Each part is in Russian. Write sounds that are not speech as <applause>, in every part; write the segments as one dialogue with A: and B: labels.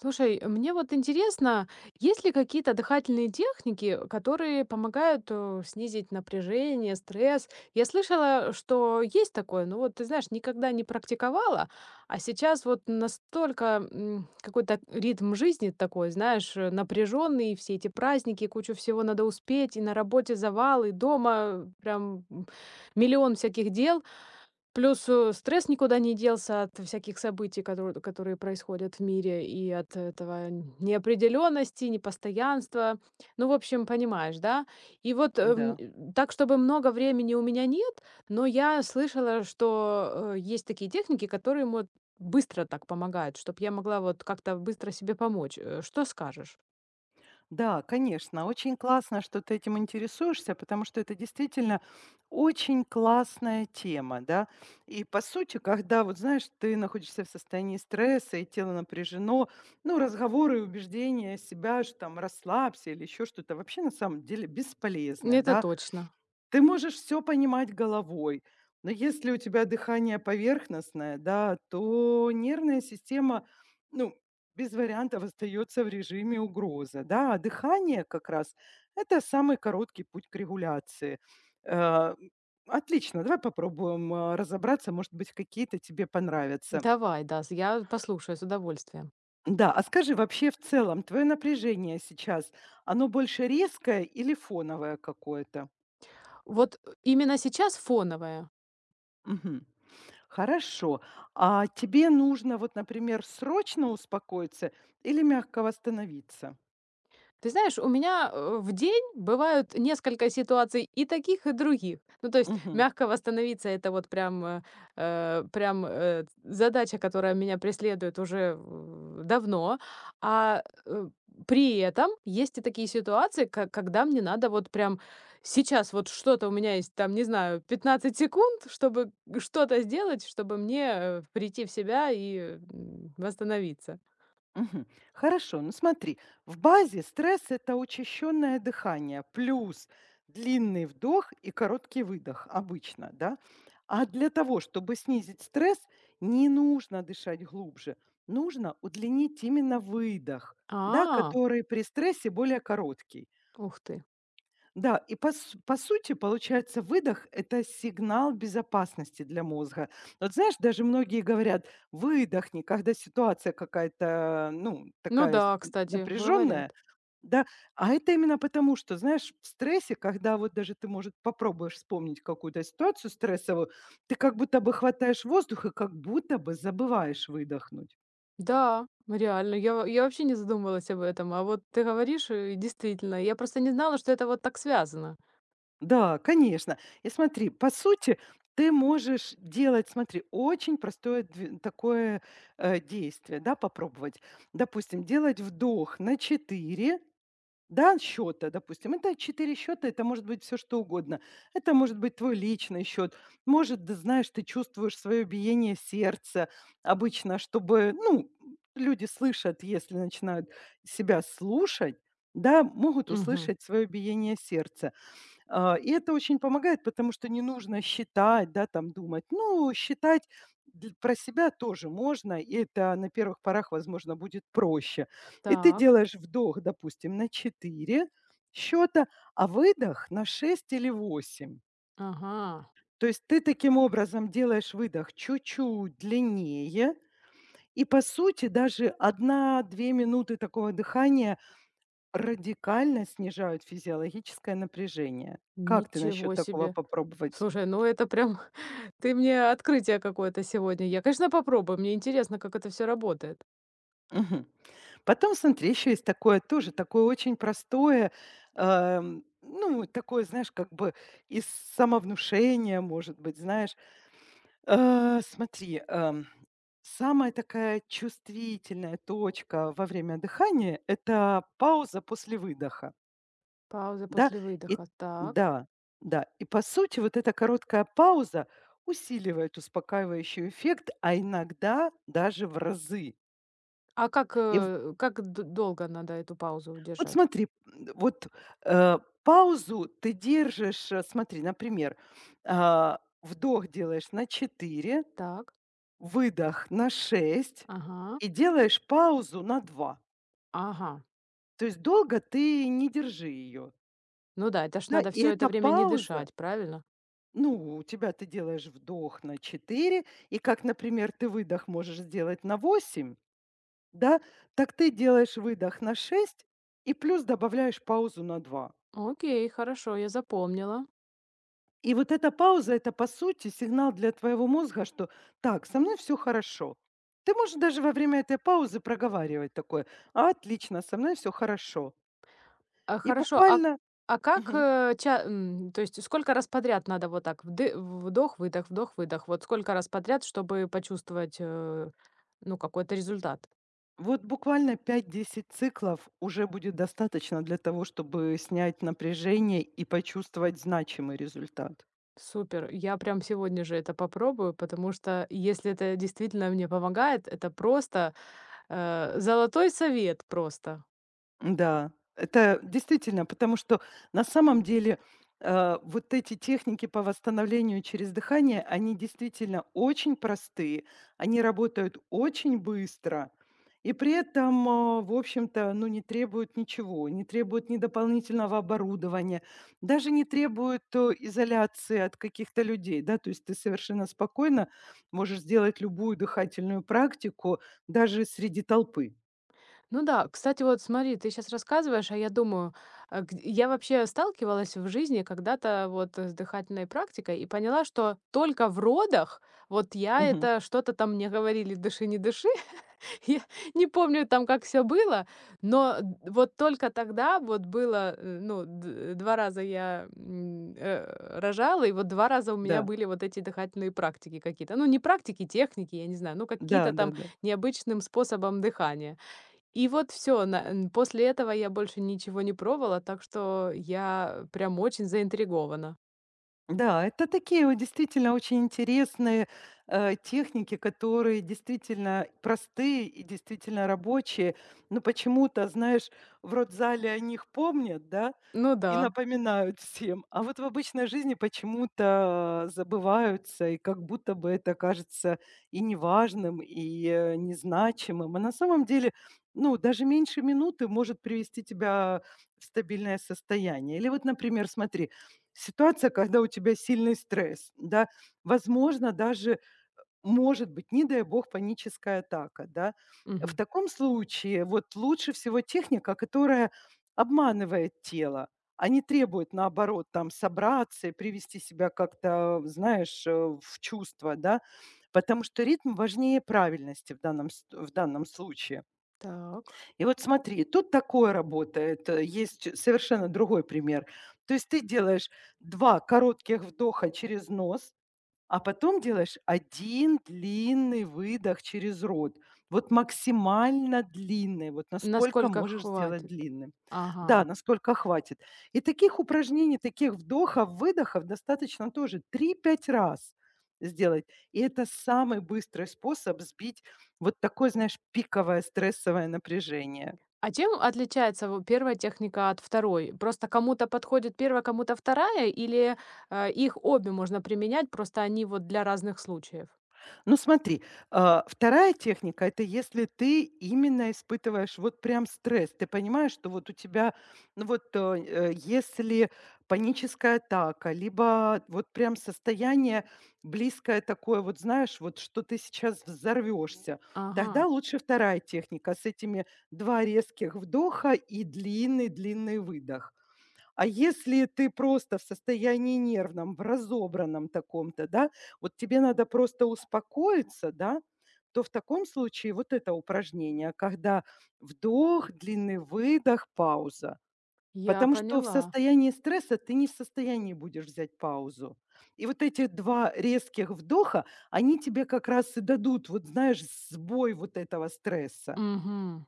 A: Слушай, мне вот интересно, есть ли какие-то дыхательные техники, которые помогают снизить напряжение, стресс? Я слышала, что есть такое, но вот, ты знаешь, никогда не практиковала, а сейчас вот настолько какой-то ритм жизни такой, знаешь, напряженный, все эти праздники, кучу всего надо успеть, и на работе завал, и дома прям миллион всяких дел. Плюс, стресс никуда не делся от всяких событий, которые происходят в мире, и от этого неопределенности, непостоянства. Ну, в общем, понимаешь, да? И вот,
B: Да.
A: так, чтобы много времени у меня нет, но я слышала, что, есть такие техники, которые мот быстро так помогают, чтобы я могла вот как-то быстро себе помочь. Э, что скажешь?
B: Да, конечно, очень классно, что ты этим интересуешься, потому что это действительно очень классная тема, да. И по сути, когда вот знаешь, ты находишься в состоянии стресса и тело напряжено, ну, разговоры и убеждения себя, что там расслабься или еще что-то, вообще на самом деле бесполезны,
A: Это
B: да.
A: точно.
B: Ты можешь все понимать головой, но если у тебя дыхание поверхностное, да, то нервная система, ну, без вариантов остается в режиме угроза, да. А дыхание как раз- это самый короткий путь к регуляции. Э, Отлично, давай попробуем, разобраться, может быть, какие-то тебе понравятся.
A: Давай, да, с я послушаю с удовольствием.
B: Да, а скажи, вообще в целом твое напряжение сейчас, оно больше резкое или фоновое какое-то?
A: Вот, именно сейчас фоновая.
B: Мгм. Хорошо. А тебе нужно вот, например, срочно успокоиться или мягко восстановиться?
A: Ты знаешь, у меня, в день бывают несколько ситуаций и таких, и других. Ну, то есть
B: Мгм.
A: мягко восстановиться — это вот прям, прям, задача, которая меня преследует уже, в давно. А, э, При этом есть и такие ситуации, ко когда мне надо вот прям сейчас вот что-то, у меня есть там, не знаю, 15 секунд, чтобы что-то сделать, чтобы мне, прийти в себя и, восстановиться.
B: Мгм. Хорошо. Ну смотри, в базе стресс – это учащенное дыхание плюс длинный вдох и короткий выдох обычно, да? А для того, чтобы снизить стресс, не нужно дышать глубже. Нужно удлинить именно выдох, да,
A: А,
B: который при стрессе более короткий.
A: ух ты.
B: Да, и по сути, получается, выдох - это сигнал безопасности для мозга. Вот знаешь, даже многие говорят: "Выдохни", когда ситуация какая-то, ну,
A: Ну
B: такая
A: да, кстати,
B: напряженная,
A: говорят.
B: да. А это именно потому, что, знаешь, в стрессе, когда вот даже ты, может, попробуешь вспомнить какую-то ситуацию стрессовую, ты как будто бы хватаешь воздух и как будто бы забываешь выдохнуть.
A: Да, реально, я, я вообще не задумывалась об этом. А вот ты говоришь, и действительно, я просто не знала, что это вот так связано.
B: Да, конечно. И смотри, по сути, ты можешь делать, смотри, очень простое такое действие, да, попробовать. Допустим, делать вдох на 4, да, счета, допустим. Это 4 счета, это может быть все что угодно. Это может быть твой личный счет. Может, да, знаешь, ты чувствуешь свое биение сердца. Обычно, чтобы, ну, люди слышат, если начинают себя слушать, да, могут
A: Угу.
B: услышать свое биение сердца и это очень помогает, потому что не нужно считать, да, там думать. Ну, считать про себя тоже можно, и это на первых порах, возможно, будет проще. И ты
A: Так,
B: делаешь вдох, допустим, на 4 счета, а выдох на 6 или 8.
A: ага,
B: То есть ты таким образом делаешь выдох чуть-чуть длиннее, и по сути даже одна-две минуты такого дыхания радикально снижают физиологическое напряжение. Как ты насчет
A: ничего
B: такого
A: себе.
B: попробовать?
A: Слушай, ну это прям, <laughs> ты мне открытие какое-то сегодня. Я, конечно, попробую, мне интересно, как это все работает.
B: Мгм. Потом, смотри, еще есть такое тоже, такое очень простое, ну, такое, знаешь, как бы из самовнушения, может быть, знаешь. Смотри, самая такая чувствительная точка во время дыхания – это пауза после выдоха,
A: Пауза
B: да?
A: после
B: И,
A: выдоха, так.
B: да, да. И, по сути, вот эта короткая пауза усиливает успокаивающий эффект, а иногда даже в разы.
A: А как, долго надо эту паузу
B: Вот
A: удержать?
B: смотри, вот, э, паузу ты держишь, смотри, например, вдох делаешь на 4,
A: Так,
B: выдох на 6
A: ага,
B: и делаешь паузу на 2.
A: ага.
B: То есть долго ты не держи ее,
A: Ну да, это ж
B: да.
A: надо
B: И
A: все это
B: эта
A: время не
B: пауза,
A: дышать, правильно?
B: ну, у тебя ты делаешь вдох на 4 и как, например, ты выдох можешь сделать на 8, да, так ты делаешь выдох на 6 и плюс добавляешь паузу на 2.
A: Окей, хорошо, я запомнила.
B: И вот эта пауза - это, по сути, сигнал для твоего мозга, что так, со мной все хорошо. Ты можешь даже во время этой паузы проговаривать такое: "Отлично, со мной все хорошо".
A: А,
B: И
A: хорошо,
B: буквально
A: а как,
B: мгм.
A: э, ча м, то есть сколько раз подряд надо вот так вды вдох-выдох, вдох-выдох? Вот сколько раз подряд, чтобы почувствовать, ну, какой-то результат?
B: Вот буквально пять-десять циклов уже будет достаточно для того, чтобы снять напряжение и почувствовать значимый результат.
A: Супер, я прям сегодня же это попробую, потому что если это действительно мне помогает, это просто, золотой совет просто.
B: Да, это действительно, потому что на самом деле вот эти техники по восстановлению через дыхание, они действительно очень простые, они работают очень быстро, и при этом, в общем-то, ну, не требуют ничего, не требуют ни дополнительного оборудования, даже не требуют изоляции от каких-то людей, да, то есть ты совершенно спокойно можешь сделать любую дыхательную практику даже среди толпы.
A: Ну да, кстати, вот смотри, ты сейчас рассказываешь, а я думаю, я вообще сталкивалась в жизни когда-то вот с дыхательной практикой и поняла, что только в родах, вот я
B: Мгм.
A: это что-то там мне говорили, дыши, не дыши, <laughs> я не помню там, как все было, но вот только тогда вот было, ну, два раза я рожала, и вот два раза у меня
B: Да,
A: были вот эти дыхательные практики какие-то, ну, не практики, техники, я не знаю, ну,
B: да,
A: какие-то
B: да,
A: там
B: да.
A: необычным способом дыхания. И вот все. После этого я больше ничего не пробовала, так что я прям очень заинтригована.
B: Да, это такие вот действительно очень интересные, техники, которые действительно простые и действительно рабочие. Но почему-то, знаешь, в родзале о них помнят, да,
A: Ну да.
B: и напоминают всем, а вот в обычной жизни почему-то забываются, и как будто бы это кажется и неважным, и, незначимым. А на самом деле, ну, даже меньше минуты может привести тебя в стабильное состояние. Или вот, например, смотри, ситуация, когда у тебя сильный стресс, да, возможно, даже, может быть, не дай бог, паническая атака, да. В
A: Мгм.
B: таком случае вот лучше всего техника, которая обманывает тело, а не требует, наоборот, там собраться и привести себя как-то, знаешь, в чувство, да, потому что ритм важнее правильности в данном, в данном случае.
A: Так.
B: И вот смотри, тут такое работает. Есть совершенно другой пример. То есть ты делаешь два коротких вдоха через нос, а потом делаешь один длинный выдох через рот. Вот максимально длинный, вот насколько
A: Насколько
B: можешь сделать
A: хватит?
B: длинным. Да,
A: Ага.
B: насколько хватит. И таких упражнений, таких вдохов, выдохов достаточно тоже три-пять раз сделать. И это самый быстрый способ сбить вот такое, знаешь, пиковое стрессовое напряжение.
A: А чем отличается во 1 техника от второй? Просто кому-то подходит первая, кому-то вторая, или, их обе можно применять, просто они вот для разных случаев?
B: Ну смотри, 2 техника - это если ты именно испытываешь вот прям стресс. Ты понимаешь, что вот у тебя, ну вот, если паническая атака, либо вот прям состояние близкое такое, вот знаешь, вот что ты сейчас взорвешься, тогда
A: Ага,
B: лучше вторая техника с этими 2 резких вдоха и длинный-длинный выдох. А если ты просто в состоянии нервном, в разобранном таком-то, да, вот тебе надо просто успокоиться, да, то в таком случае вот это упражнение, когда вдох, длинный выдох, пауза.
A: я
B: Потому что в
A: поняла.
B: состоянии стресса ты не в состоянии будешь взять паузу. И вот эти 2 резких вдоха, они тебе как раз и дадут, вот знаешь, сбой вот этого стресса.
A: Угу.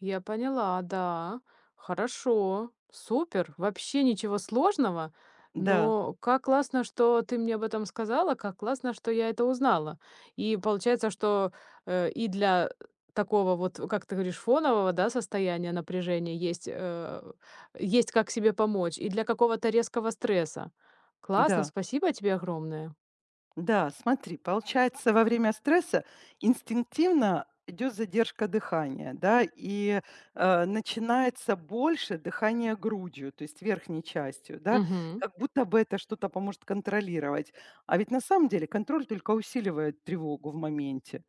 A: Я поняла, да. Хорошо, супер, вообще ничего сложного.
B: Да,
A: Но как классно, что ты мне об этом сказала, как классно, что я это узнала. И получается, что и для такого вот, как ты говоришь, фонового, да, состояния напряжения есть, есть как себе помочь, и для какого-то резкого стресса. Классно,
B: да.
A: спасибо тебе огромное.
B: Да, смотри, получается, во время стресса инстинктивно идет задержка дыхания, да, и начинается больше дыхание грудью, то есть верхней частью, да,
A: Мгм.
B: как будто бы это что-то поможет контролировать. А ведь на самом деле контроль только усиливает тревогу в моменте.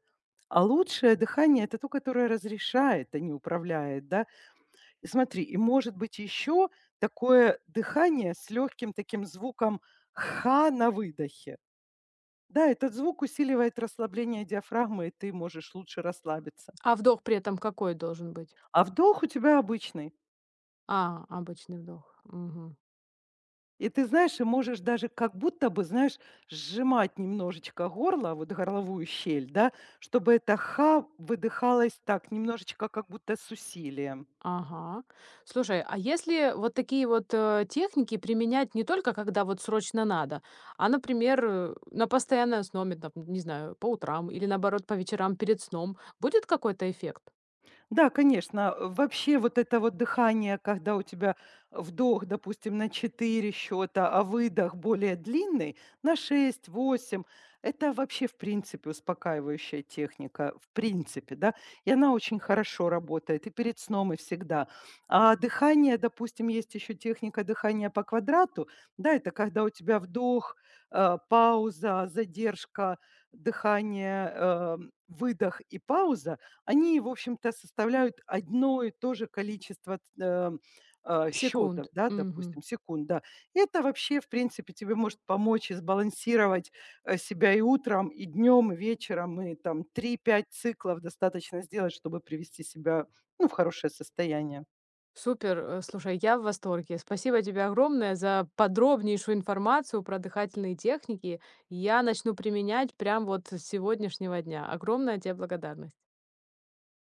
B: А лучшее дыхание – это то, которое разрешает, а не управляет, да. И смотри, и может быть еще такое дыхание с легким таким звуком «ха» на выдохе. Да, этот звук усиливает расслабление диафрагмы, и ты можешь лучше расслабиться.
A: А вдох при этом какой должен быть?
B: А вдох у тебя обычный.
A: А, обычный вдох. Мгм.
B: И ты знаешь, и можешь даже как будто бы, знаешь, сжимать немножечко горло, вот горловую щель, да, чтобы это ха выдыхалось так, немножечко как будто с усилием.
A: Ага. Слушай, а если вот такие вот техники применять не только когда вот срочно надо, а, например, на постоянной основе, там, не знаю, по утрам или наоборот по вечерам перед сном, будет какой-то эффект?
B: Да, конечно. Вообще вот это вот дыхание, когда у тебя вдох, допустим, на 4 счета, а выдох более длинный, на шесть 8 это вообще, в принципе, успокаивающая техника, в принципе, да. И она очень хорошо работает и перед сном, и всегда. А дыхание, допустим, есть еще техника дыхания по квадрату, да, это когда у тебя вдох, пауза, задержка, дыхание, выдох и пауза они, в общем-то, составляют одно и то же количество
A: Секунд.
B: счетов, да,
A: Мгм.
B: допустим, секунд, да. И это вообще, в принципе, тебе может помочь и сбалансировать себя и утром, и днем, и вечером, и там три-пять циклов достаточно сделать, чтобы привести себя ну, в хорошее состояние.
A: Супер. Э, слушай, я в восторге. Спасибо тебе огромное за подробнейшую информацию про дыхательные техники. Я начну применять прям вот с сегодняшнего дня. Огромная тебе благодарность.